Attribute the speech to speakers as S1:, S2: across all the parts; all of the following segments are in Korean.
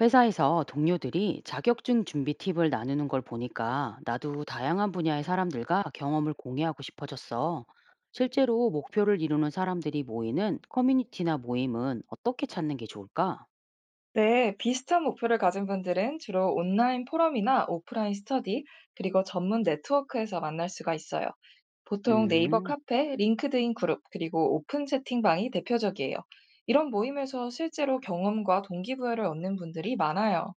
S1: 회사에서 동료들이 자격증 준비 팁을 나누는 걸 보니까 나도 다양한 분야의 사람들과 경험을 공유하고 싶어졌어. 실제로 목표를 이루는 사람들이 모이는 커뮤니티나 모임은 어떻게 찾는 게 좋을까?
S2: 네, 비슷한 목표를 가진 분들은 주로 온라인 포럼이나 오프라인 스터디, 그리고 전문 네트워크에서 만날 수가 있어요. 보통 네이버
S1: 음,
S2: 카페, 링크드인 그룹, 그리고 오픈 채팅방이 대표적이에요. 이런 모임에서 실제로 경험과 동기부여를 얻는 분들이 많아요.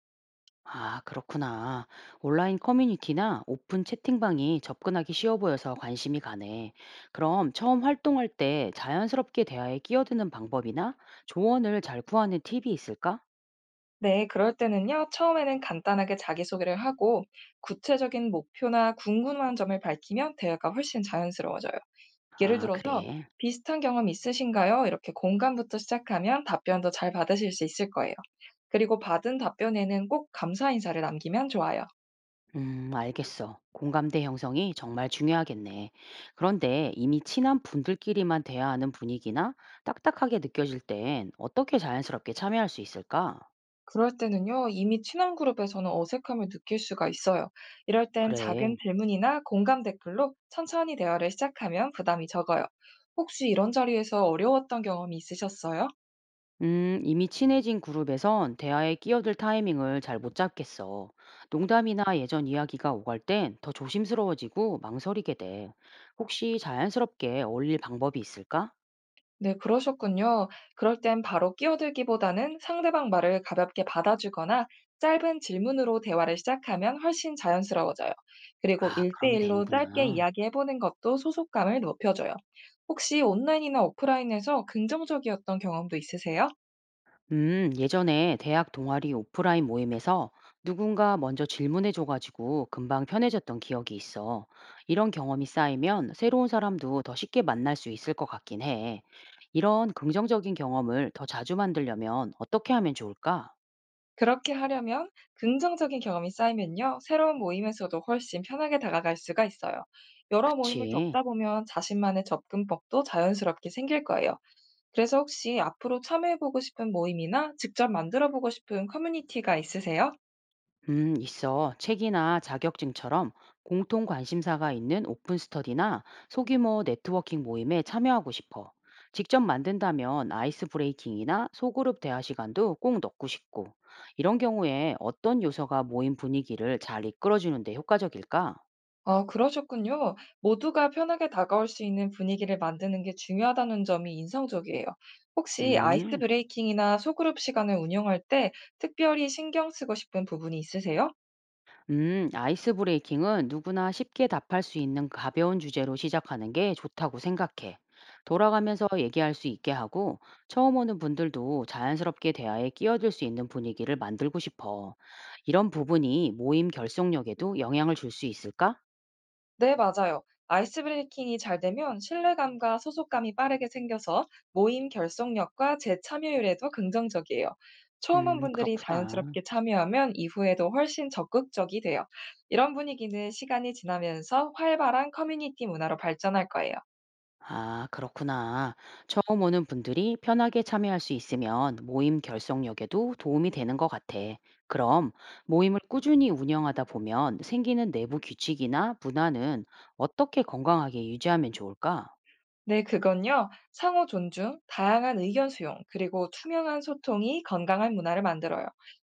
S1: 아, 그렇구나. 온라인 커뮤니티나 오픈 채팅방이 접근하기 쉬워 보여서 관심이 가네. 그럼 처음 활동할 때 자연스럽게 대화에 끼어드는 방법이나 조언을 잘 구하는 팁이 있을까?
S2: 네, 그럴 때는요, 처음에는 간단하게 자기소개를 하고 구체적인 목표나 궁금한 점을 밝히면 대화가 훨씬 자연스러워져요. 예를
S1: 아,
S2: 들어서
S1: 그래.
S2: "비슷한 경험 있으신가요?" 이렇게 공감부터 시작하면 답변도 잘 받으실 수 있을 거예요. 그리고 받은 답변에는 꼭 감사 인사를 남기면 좋아요.
S1: 알겠어. 공감대 형성이 정말 중요하겠네. 그런데 이미 친한 분들끼리만 대화하는 분위기나 딱딱하게 느껴질 땐 어떻게 자연스럽게 참여할 수 있을까?
S2: 그럴 때는요, 이미 친한 그룹에서는 어색함을 느낄 수가 있어요. 이럴 땐
S1: 그래.
S2: 작은 질문이나 공감 댓글로 천천히 대화를 시작하면 부담이 적어요. 혹시 이런 자리에서 어려웠던 경험이 있으셨어요?
S1: 이미 친해진 그룹에선 대화에 끼어들 타이밍을 잘 못 잡겠어. 농담이나 예전 이야기가 오갈 땐 더 조심스러워지고 망설이게 돼. 혹시 자연스럽게 어울릴 방법이 있을까?
S2: 네, 그러셨군요. 그럴 땐 바로 끼어들기보다는 상대방 말을 가볍게 받아주거나 짧은 질문으로 대화를 시작하면 훨씬 자연스러워져요. 그리고
S1: 아, 그럼
S2: 일대일로 짧게
S1: 되는구나.
S2: 이야기해보는 것도 소속감을 높여줘요. 혹시 온라인이나 오프라인에서 긍정적이었던 경험도 있으세요?
S1: 예전에 대학 동아리 오프라인 모임에서 누군가 먼저 질문해줘가지고 금방 편해졌던 기억이 있어. 이런 경험이 쌓이면 새로운 사람도 더 쉽게 만날 수 있을 것 같긴 해. 이런 긍정적인 경험을 더 자주 만들려면 어떻게 하면 좋을까?
S2: 그렇게 하려면 긍정적인 경험이 쌓이면요. 새로운 모임에서도 훨씬 편하게 다가갈 수가 있어요. 여러 모임을
S1: 그치.
S2: 겪다 보면 자신만의 접근법도 자연스럽게 생길 거예요. 그래서 혹시 앞으로 참여해보고 싶은 모임이나 직접 만들어보고 싶은 커뮤니티가 있으세요?
S1: 있어. 책이나 자격증처럼 공통 관심사가 있는 오픈 스터디나 소규모 네트워킹 모임에 참여하고 싶어. 직접 만든다면 아이스 브레이킹이나 소그룹 대화 시간도 꼭 넣고 싶고, 이런 경우에 어떤 요소가 모임 분위기를 잘 이끌어주는데 효과적일까?
S2: 아, 그러셨군요. 모두가 편하게 다가올 수 있는 분위기를 만드는 게 중요하다는 점이 인상적이에요. 혹시 아이스
S1: 음.
S2: 브레이킹이나 소그룹 시간을 운영할 때 특별히 신경 쓰고 싶은 부분이 있으세요?
S1: 아이스 브레이킹은 누구나 쉽게 답할 수 있는 가벼운 주제로 시작하는 게 좋다고 생각해. 돌아가면서 얘기할 수 있게 하고, 처음 오는 분들도 자연스럽게 대화에 끼어들 수 있는 분위기를 만들고 싶어. 이런 부분이 모임 결속력에도 영향을 줄 수 있을까?
S2: 네, 맞아요. 아이스 브레이킹이 잘 되면 신뢰감과 소속감이 빠르게 생겨서 모임 결속력과 재참여율에도 긍정적이에요. 처음 온 분들이
S1: 그렇구나.
S2: 자연스럽게 참여하면 이후에도 훨씬 적극적이 돼요. 이런 분위기는 시간이 지나면서 활발한 커뮤니티 문화로 발전할 거예요.
S1: 아, 그렇구나. 처음 오는 분들이 편하게 참여할 수 있으면 모임 결속력에도 도움이 되는 것 같아. 그럼 모임을 꾸준히 운영하다 보면 생기는 내부 규칙이나 문화는 어떻게 건강하게 유지하면 좋을까?
S2: 네, 그건요. 상호 존중, 다양한 의견 수용, 그리고 투명한 소통이 건강한 문화를 만들어요.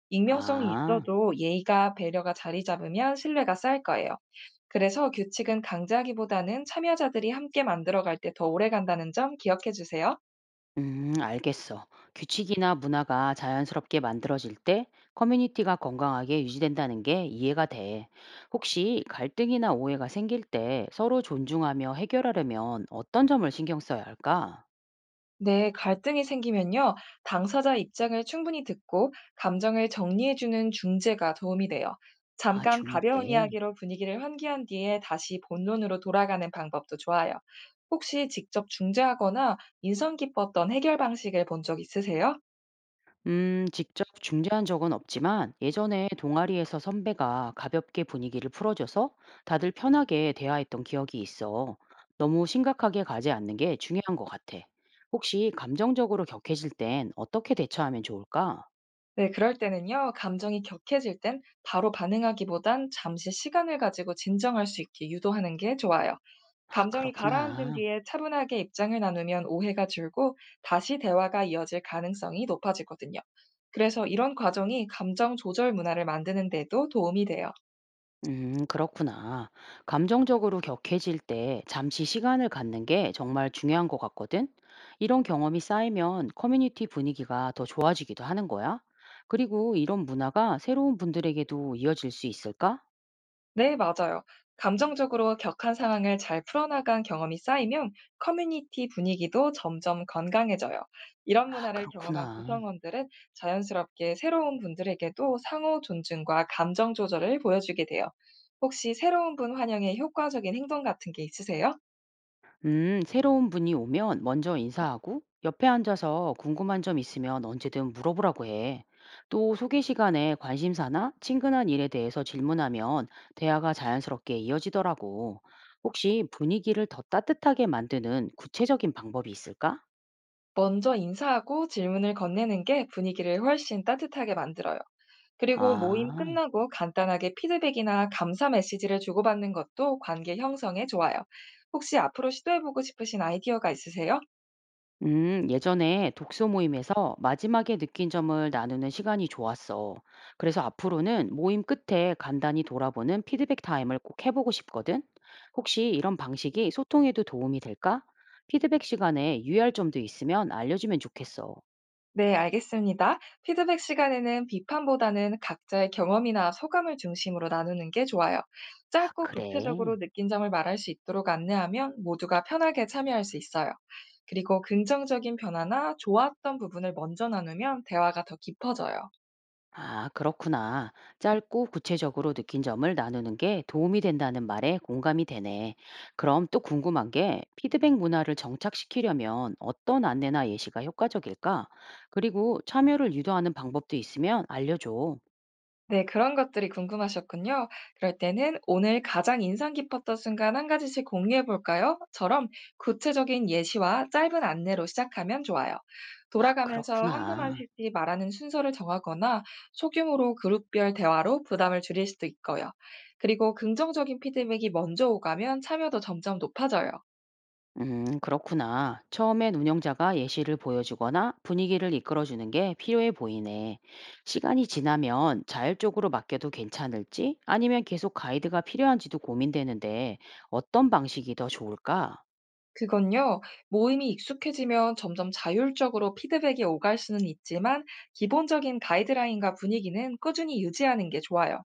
S2: 익명성이
S1: 아,
S2: 있어도 예의가 배려가 자리 잡으면 신뢰가 쌓일 거예요. 그래서 규칙은 강제하기보다는 참여자들이 함께 만들어갈 때 더 오래 간다는 점 기억해 주세요.
S1: 알겠어. 규칙이나 문화가 자연스럽게 만들어질 때 커뮤니티가 건강하게 유지된다는 게 이해가 돼. 혹시 갈등이나 오해가 생길 때 서로 존중하며 해결하려면 어떤 점을 신경 써야 할까?
S2: 네, 갈등이 생기면요, 당사자 입장을 충분히 듣고 감정을 정리해주는 중재가 도움이 돼요.
S1: 아
S2: 잠깐 가벼운
S1: 중재.
S2: 이야기로 분위기를 환기한 뒤에 다시 본론으로 돌아가는 방법도 좋아요. 혹시 직접 중재하거나 인상 깊었던 해결 방식을 본 적 있으세요?
S1: 직접 중재한 적은 없지만 예전에 동아리에서 선배가 가볍게 분위기를 풀어줘서 다들 편하게 대화했던 기억이 있어. 너무 심각하게 가지 않는 게 중요한 것 같아. 혹시 감정적으로 격해질 땐 어떻게 대처하면 좋을까?
S2: 네, 그럴 때는요, 감정이 격해질 땐 바로 반응하기보단 잠시 시간을 가지고 진정할 수 있게 유도하는 게 좋아요.
S1: 아
S2: 감정이 가라앉은
S1: 그렇구나.
S2: 뒤에 차분하게 입장을 나누면 오해가 줄고 다시 대화가 이어질 가능성이 높아지거든요. 그래서 이런 과정이 감정 조절 문화를 만드는 데도 도움이 돼요.
S1: 그렇구나. 감정적으로 격해질 때 잠시 시간을 갖는 게 정말 중요한 것 같거든. 이런 경험이 쌓이면 커뮤니티 분위기가 더 좋아지기도 하는 거야. 그리고 이런 문화가 새로운 분들에게도 이어질 수 있을까?
S2: 네, 맞아요. 감정적으로 격한 상황을 잘 풀어나간 경험이 쌓이면 커뮤니티 분위기도 점점 건강해져요. 이런
S1: 아,
S2: 문화를 경험한
S1: 그렇구나.
S2: 구성원들은 자연스럽게 새로운 분들에게도 상호 존중과 감정 조절을 보여주게 돼요. 혹시 새로운 분 환영에 효과적인 행동 같은 게 있으세요?
S1: 새로운 분이 오면 먼저 인사하고 옆에 앉아서 궁금한 점 있으면 언제든 물어보라고 해. 또 소개 시간에 관심사나 친근한 일에 대해서 질문하면 대화가 자연스럽게 이어지더라고. 혹시 분위기를 더 따뜻하게 만드는 구체적인 방법이 있을까?
S2: 먼저 인사하고 질문을 건네는 게 분위기를 훨씬 따뜻하게 만들어요. 그리고 모임
S1: 아.
S2: 끝나고 간단하게 피드백이나 감사 메시지를 주고받는 것도 관계 형성에 좋아요. 혹시 앞으로 시도해보고 싶으신 아이디어가 있으세요?
S1: 예전에 독서 모임에서 마지막에 느낀 점을 나누는 시간이 좋았어. 그래서 앞으로는 모임 끝에 간단히 돌아보는 피드백 타임을 꼭 해보고 싶거든. 혹시 이런 방식이 소통에도 도움이 될까? 피드백 시간에 유의할 점도 있으면 알려주면 좋겠어.
S2: 네, 알겠습니다. 피드백 시간에는 비판보다는 각자의 경험이나 소감을 중심으로 나누는 게 좋아요.
S1: 아,
S2: 짧고
S1: 그래.
S2: 구체적으로 느낀 점을 말할 수 있도록 안내하면 모두가 편하게 참여할 수 있어요. 그리고 긍정적인 변화나 좋았던 부분을 먼저 나누면 대화가 더 깊어져요.
S1: 아, 그렇구나. 짧고 구체적으로 느낀 점을 나누는 게 도움이 된다는 말에 공감이 되네. 그럼 또 궁금한 게 피드백 문화를 정착시키려면 어떤 안내나 예시가 효과적일까? 그리고 참여를 유도하는 방법도 있으면 알려줘.
S2: 네, 그런 것들이 궁금하셨군요. 그럴 때는 "오늘 가장 인상 깊었던 순간 한 가지씩 공유해 볼까요?"처럼 구체적인 예시와 짧은 안내로 시작하면 좋아요.
S1: 아,
S2: 돌아가면서 한두
S1: 그렇구나.
S2: 마디씩 말하는 순서를 정하거나 소규모로 그룹별 대화로 부담을 줄일 수도 있고요. 그리고 긍정적인 피드백이 먼저 오가면 참여도 점점 높아져요.
S1: 그렇구나. 처음엔 운영자가 예시를 보여주거나 분위기를 이끌어주는 게 필요해 보이네. 시간이 지나면 자율적으로 맡겨도 괜찮을지 아니면 계속 가이드가 필요한지도 고민되는데 어떤 방식이 더 좋을까?
S2: 그건요, 모임이 익숙해지면 점점 자율적으로 피드백이 오갈 수는 있지만, 기본적인 가이드라인과 분위기는 꾸준히 유지하는 게 좋아요.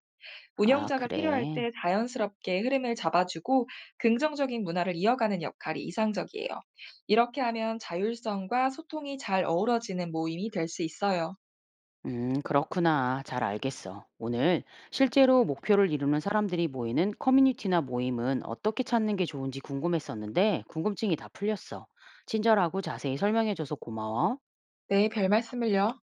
S1: 아,
S2: 운영자가 필요할
S1: 그래.
S2: 때 자연스럽게 흐름을 잡아주고, 긍정적인 문화를 이어가는 역할이 이상적이에요. 이렇게 하면 자율성과 소통이 잘 어우러지는 모임이 될 수 있어요.
S1: 그렇구나. 잘 알겠어. 오늘 실제로 목표를 이루는 사람들이 모이는 커뮤니티나 모임은 어떻게 찾는 게 좋은지 궁금했었는데 궁금증이 다 풀렸어. 친절하고 자세히 설명해줘서 고마워.
S2: 네, 별 말씀을요.